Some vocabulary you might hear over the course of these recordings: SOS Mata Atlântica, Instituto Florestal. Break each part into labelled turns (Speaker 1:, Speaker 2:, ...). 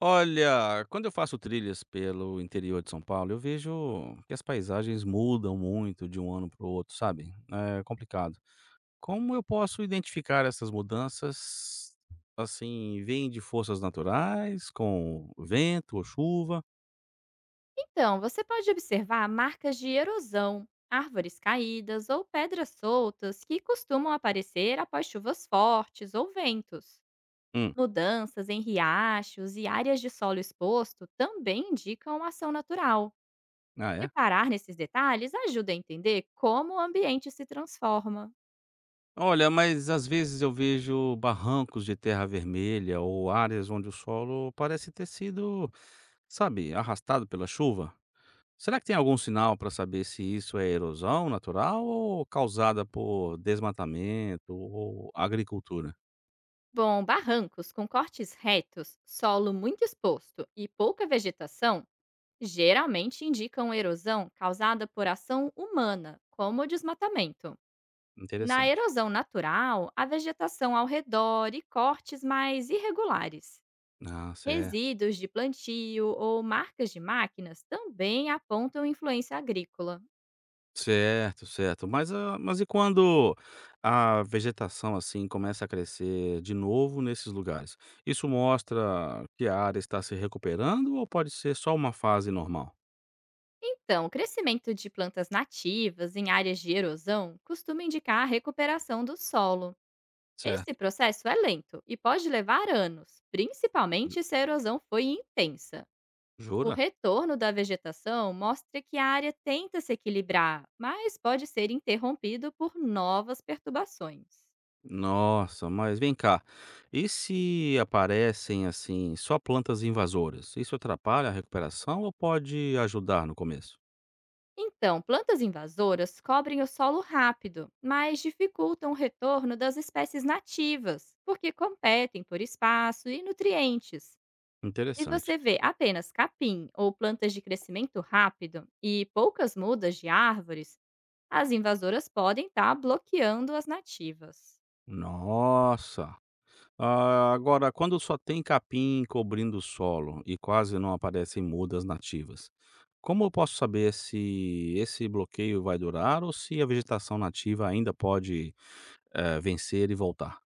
Speaker 1: Olha, quando eu faço trilhas pelo interior de São Paulo, eu vejo que as paisagens mudam muito de um ano para o outro, sabe? É complicado. Como eu posso identificar essas mudanças? Assim, vêm de forças naturais, com vento ou chuva?
Speaker 2: Então, você pode observar marcas de erosão, árvores caídas ou pedras soltas que costumam aparecer após chuvas fortes ou ventos.
Speaker 1: Hum,
Speaker 2: Mudanças em riachos e áreas de solo exposto também indicam ação natural.
Speaker 1: ah, é?
Speaker 2: Reparar nesses detalhes ajuda a entender como o ambiente se transforma.
Speaker 1: Olha, mas às vezes eu vejo barrancos de terra vermelha ou áreas onde o solo parece ter sido, sabe, arrastado pela chuva. Será que tem algum sinal para saber se isso é erosão natural ou causada por desmatamento ou agricultura?
Speaker 2: Bom, barrancos com cortes retos, solo muito exposto e pouca vegetação geralmente indicam erosão causada por ação humana, como o desmatamento. Na
Speaker 1: Interessante.
Speaker 2: erosão natural, a vegetação ao redor e cortes mais irregulares.
Speaker 1: Ah, certo.
Speaker 2: Resíduos de plantio ou marcas de máquinas também apontam influência agrícola.
Speaker 1: Certo, certo. Mas, mas e quando a vegetação assim começa a crescer de novo nesses lugares? Isso mostra que a área está se recuperando ou pode ser só uma fase normal?
Speaker 2: Então, o crescimento de plantas nativas em áreas de erosão costuma indicar a recuperação do solo. Esse
Speaker 1: Certo.
Speaker 2: processo é lento e pode levar anos, principalmente se a erosão foi intensa. O
Speaker 1: Jura?
Speaker 2: retorno da vegetação mostra que a área tenta se equilibrar, mas pode ser interrompido por novas perturbações.
Speaker 1: Nossa, mas vem cá. E se aparecem, assim, só plantas invasoras? Isso atrapalha a recuperação ou pode ajudar no começo?
Speaker 2: Então, plantas invasoras cobrem o solo rápido, mas dificultam o retorno das espécies nativas, porque competem por espaço e nutrientes. Se você
Speaker 1: Interessante.
Speaker 2: vê apenas capim ou plantas de crescimento rápido e poucas mudas de árvores, as invasoras podem estar bloqueando as nativas.
Speaker 1: Nossa! Ah, agora, quando só tem capim cobrindo o solo e quase não aparecem mudas nativas, como eu posso saber se esse bloqueio vai durar ou se a vegetação nativa ainda pode, vencer e voltar?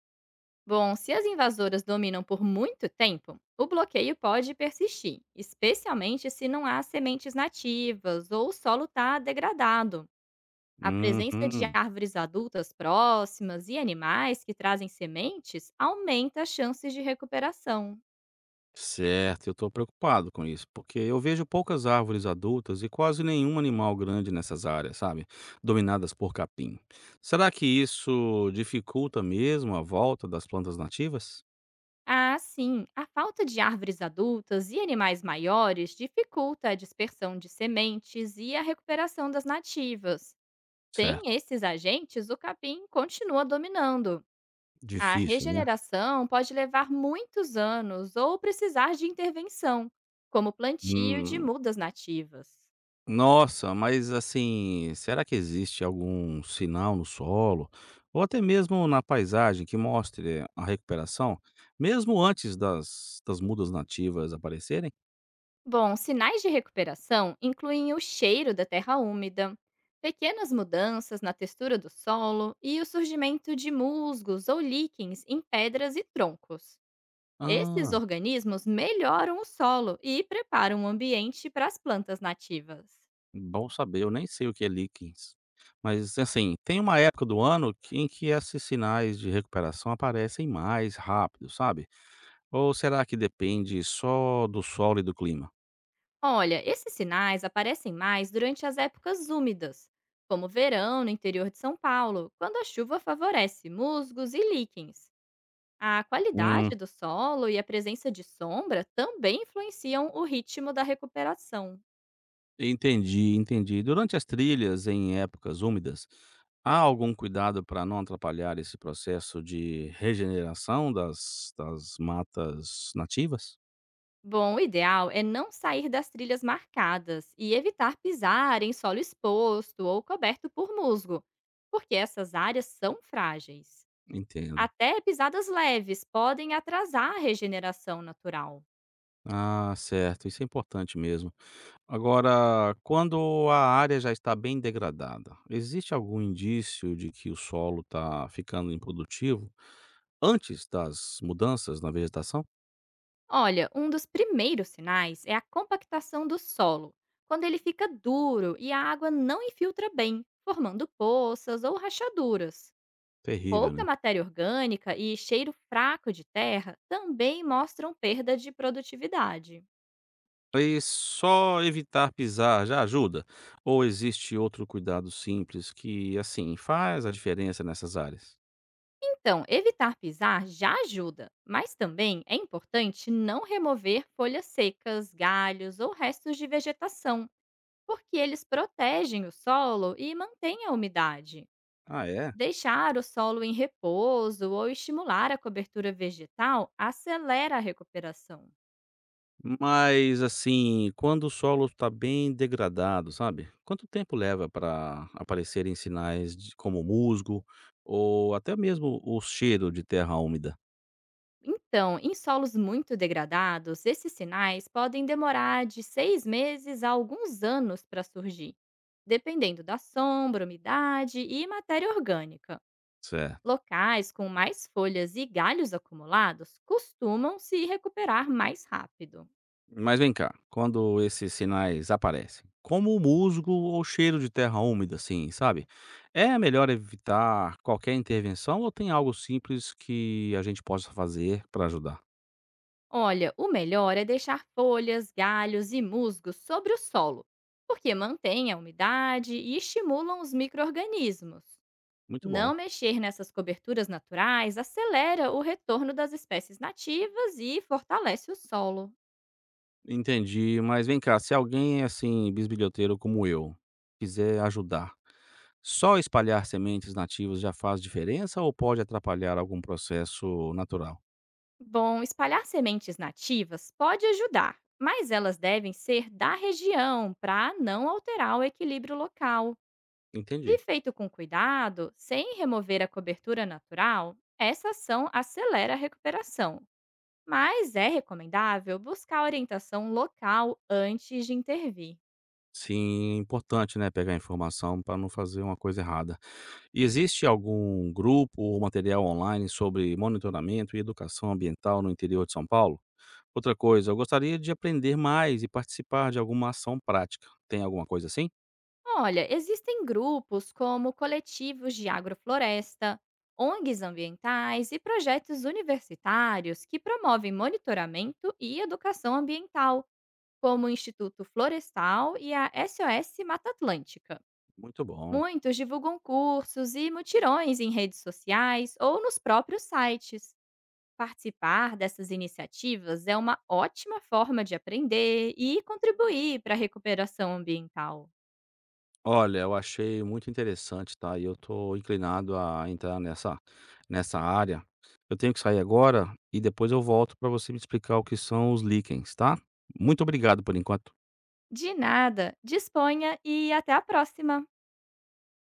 Speaker 2: Bom, se as invasoras dominam por muito tempo, o bloqueio pode persistir, especialmente se não há sementes nativas ou o solo está degradado. A presença de
Speaker 1: Uhum.
Speaker 2: árvores adultas próximas e animais que trazem sementes aumenta as chances de recuperação.
Speaker 1: Certo, eu estou preocupado com isso, porque eu vejo poucas árvores adultas e quase nenhum animal grande nessas áreas, sabe? Dominadas por capim. Será que isso dificulta mesmo a volta das plantas nativas?
Speaker 2: Ah, sim, a falta de árvores adultas e animais maiores dificulta a dispersão de sementes e a recuperação das nativas. Sem
Speaker 1: Certo.
Speaker 2: esses agentes, o capim continua dominando. A
Speaker 1: Difícil, né?
Speaker 2: regeneração pode levar muitos anos ou precisar de intervenção, como plantio de
Speaker 1: Hum,
Speaker 2: mudas nativas.
Speaker 1: nossa, mas assim, será que existe algum sinal no solo ou até mesmo na paisagem que mostre a recuperação, mesmo antes das mudas nativas aparecerem?
Speaker 2: Bom, sinais de recuperação incluem o cheiro da terra úmida, pequenas mudanças na textura do solo e o surgimento de musgos ou líquens em pedras e troncos. Esses
Speaker 1: Ah.
Speaker 2: organismos melhoram o solo e preparam o ambiente para as plantas nativas.
Speaker 1: Bom saber, eu nem sei o que é líquens. Mas, assim, tem uma época do ano em que esses sinais de recuperação aparecem mais rápido, sabe? Ou será que depende só do sol e do clima?
Speaker 2: Olha, esses sinais aparecem mais durante as épocas úmidas, como o verão no interior de São Paulo, quando a chuva favorece musgos e líquens. A qualidade
Speaker 1: Hum,
Speaker 2: do solo e a presença de sombra também influenciam o ritmo da recuperação.
Speaker 1: entendi, entendi. Durante as trilhas em épocas úmidas, há algum cuidado para não atrapalhar esse processo de regeneração das matas nativas?
Speaker 2: Bom, o ideal é não sair das trilhas marcadas e evitar pisar em solo exposto ou coberto por musgo, porque essas áreas são frágeis.
Speaker 1: Entendo.
Speaker 2: Até pisadas leves podem atrasar a regeneração natural.
Speaker 1: Ah, certo, isso é importante mesmo. Agora, quando a área já está bem degradada, existe algum indício de que o solo está ficando improdutivo antes das mudanças na vegetação?
Speaker 2: Olha, um dos primeiros sinais é a compactação do solo, quando ele fica duro e a água não infiltra bem, formando poças ou rachaduras.
Speaker 1: Terrível,
Speaker 2: Pouca
Speaker 1: né?
Speaker 2: matéria orgânica e cheiro fraco de terra também mostram perda de produtividade.
Speaker 1: E só evitar pisar já ajuda? Ou existe outro cuidado simples que, assim, faz a diferença nessas áreas?
Speaker 2: Então, evitar pisar já ajuda, mas também é importante não remover folhas secas, galhos ou restos de vegetação, porque eles protegem o solo e mantêm a umidade.
Speaker 1: Ah, é?
Speaker 2: Deixar o solo em repouso ou estimular a cobertura vegetal acelera a recuperação.
Speaker 1: Mas, assim, quando o solo está bem degradado, sabe, quanto tempo leva para aparecerem sinais de como musgo ou até mesmo o cheiro de terra úmida?
Speaker 2: Então, em solos muito degradados, esses sinais podem demorar de 6 meses a alguns anos para surgir, dependendo da sombra, umidade e matéria orgânica.
Speaker 1: Certo.
Speaker 2: Locais com mais folhas e galhos acumulados costumam se recuperar mais rápido.
Speaker 1: Mas vem cá, quando esses sinais aparecem, como o musgo ou cheiro de terra úmida, assim, sabe, é melhor evitar qualquer intervenção ou tem algo simples que a gente possa fazer para ajudar?
Speaker 2: Olha, o melhor é deixar folhas, galhos e musgos sobre o solo, porque mantém a umidade e estimulam os micro-organismos.
Speaker 1: Muito
Speaker 2: Não
Speaker 1: bom.
Speaker 2: mexer nessas coberturas naturais acelera o retorno das espécies nativas e fortalece o solo.
Speaker 1: Entendi, mas vem cá, se alguém, assim, bisbilhoteiro como eu, quiser ajudar, só espalhar sementes nativas já faz diferença ou pode atrapalhar algum processo natural?
Speaker 2: Bom, espalhar sementes nativas pode ajudar, mas elas devem ser da região para não alterar o equilíbrio local.
Speaker 1: Entendi.
Speaker 2: Se feito com cuidado, sem remover a cobertura natural, essa ação acelera a recuperação, mas é recomendável buscar orientação local antes de intervir.
Speaker 1: Sim, é importante, né, pegar informação para não fazer uma coisa errada. E existe algum grupo ou material online sobre monitoramento e educação ambiental no interior de São Paulo? Outra coisa, eu gostaria de aprender mais e participar de alguma ação prática. Tem alguma coisa assim?
Speaker 2: Olha, existem grupos como coletivos de agrofloresta, ONGs ambientais e projetos universitários que promovem monitoramento e educação ambiental, como o Instituto Florestal e a SOS Mata Atlântica.
Speaker 1: Muito bom.
Speaker 2: Muitos divulgam cursos e mutirões em redes sociais ou nos próprios sites. Participar dessas iniciativas é uma ótima forma de aprender e contribuir para a recuperação ambiental.
Speaker 1: Olha, eu achei muito interessante, tá? E eu tô inclinado a entrar nessa área. Eu tenho que sair agora e depois eu volto para você me explicar o que são os líquens, tá? Muito obrigado por enquanto.
Speaker 2: De nada, disponha e até a próxima!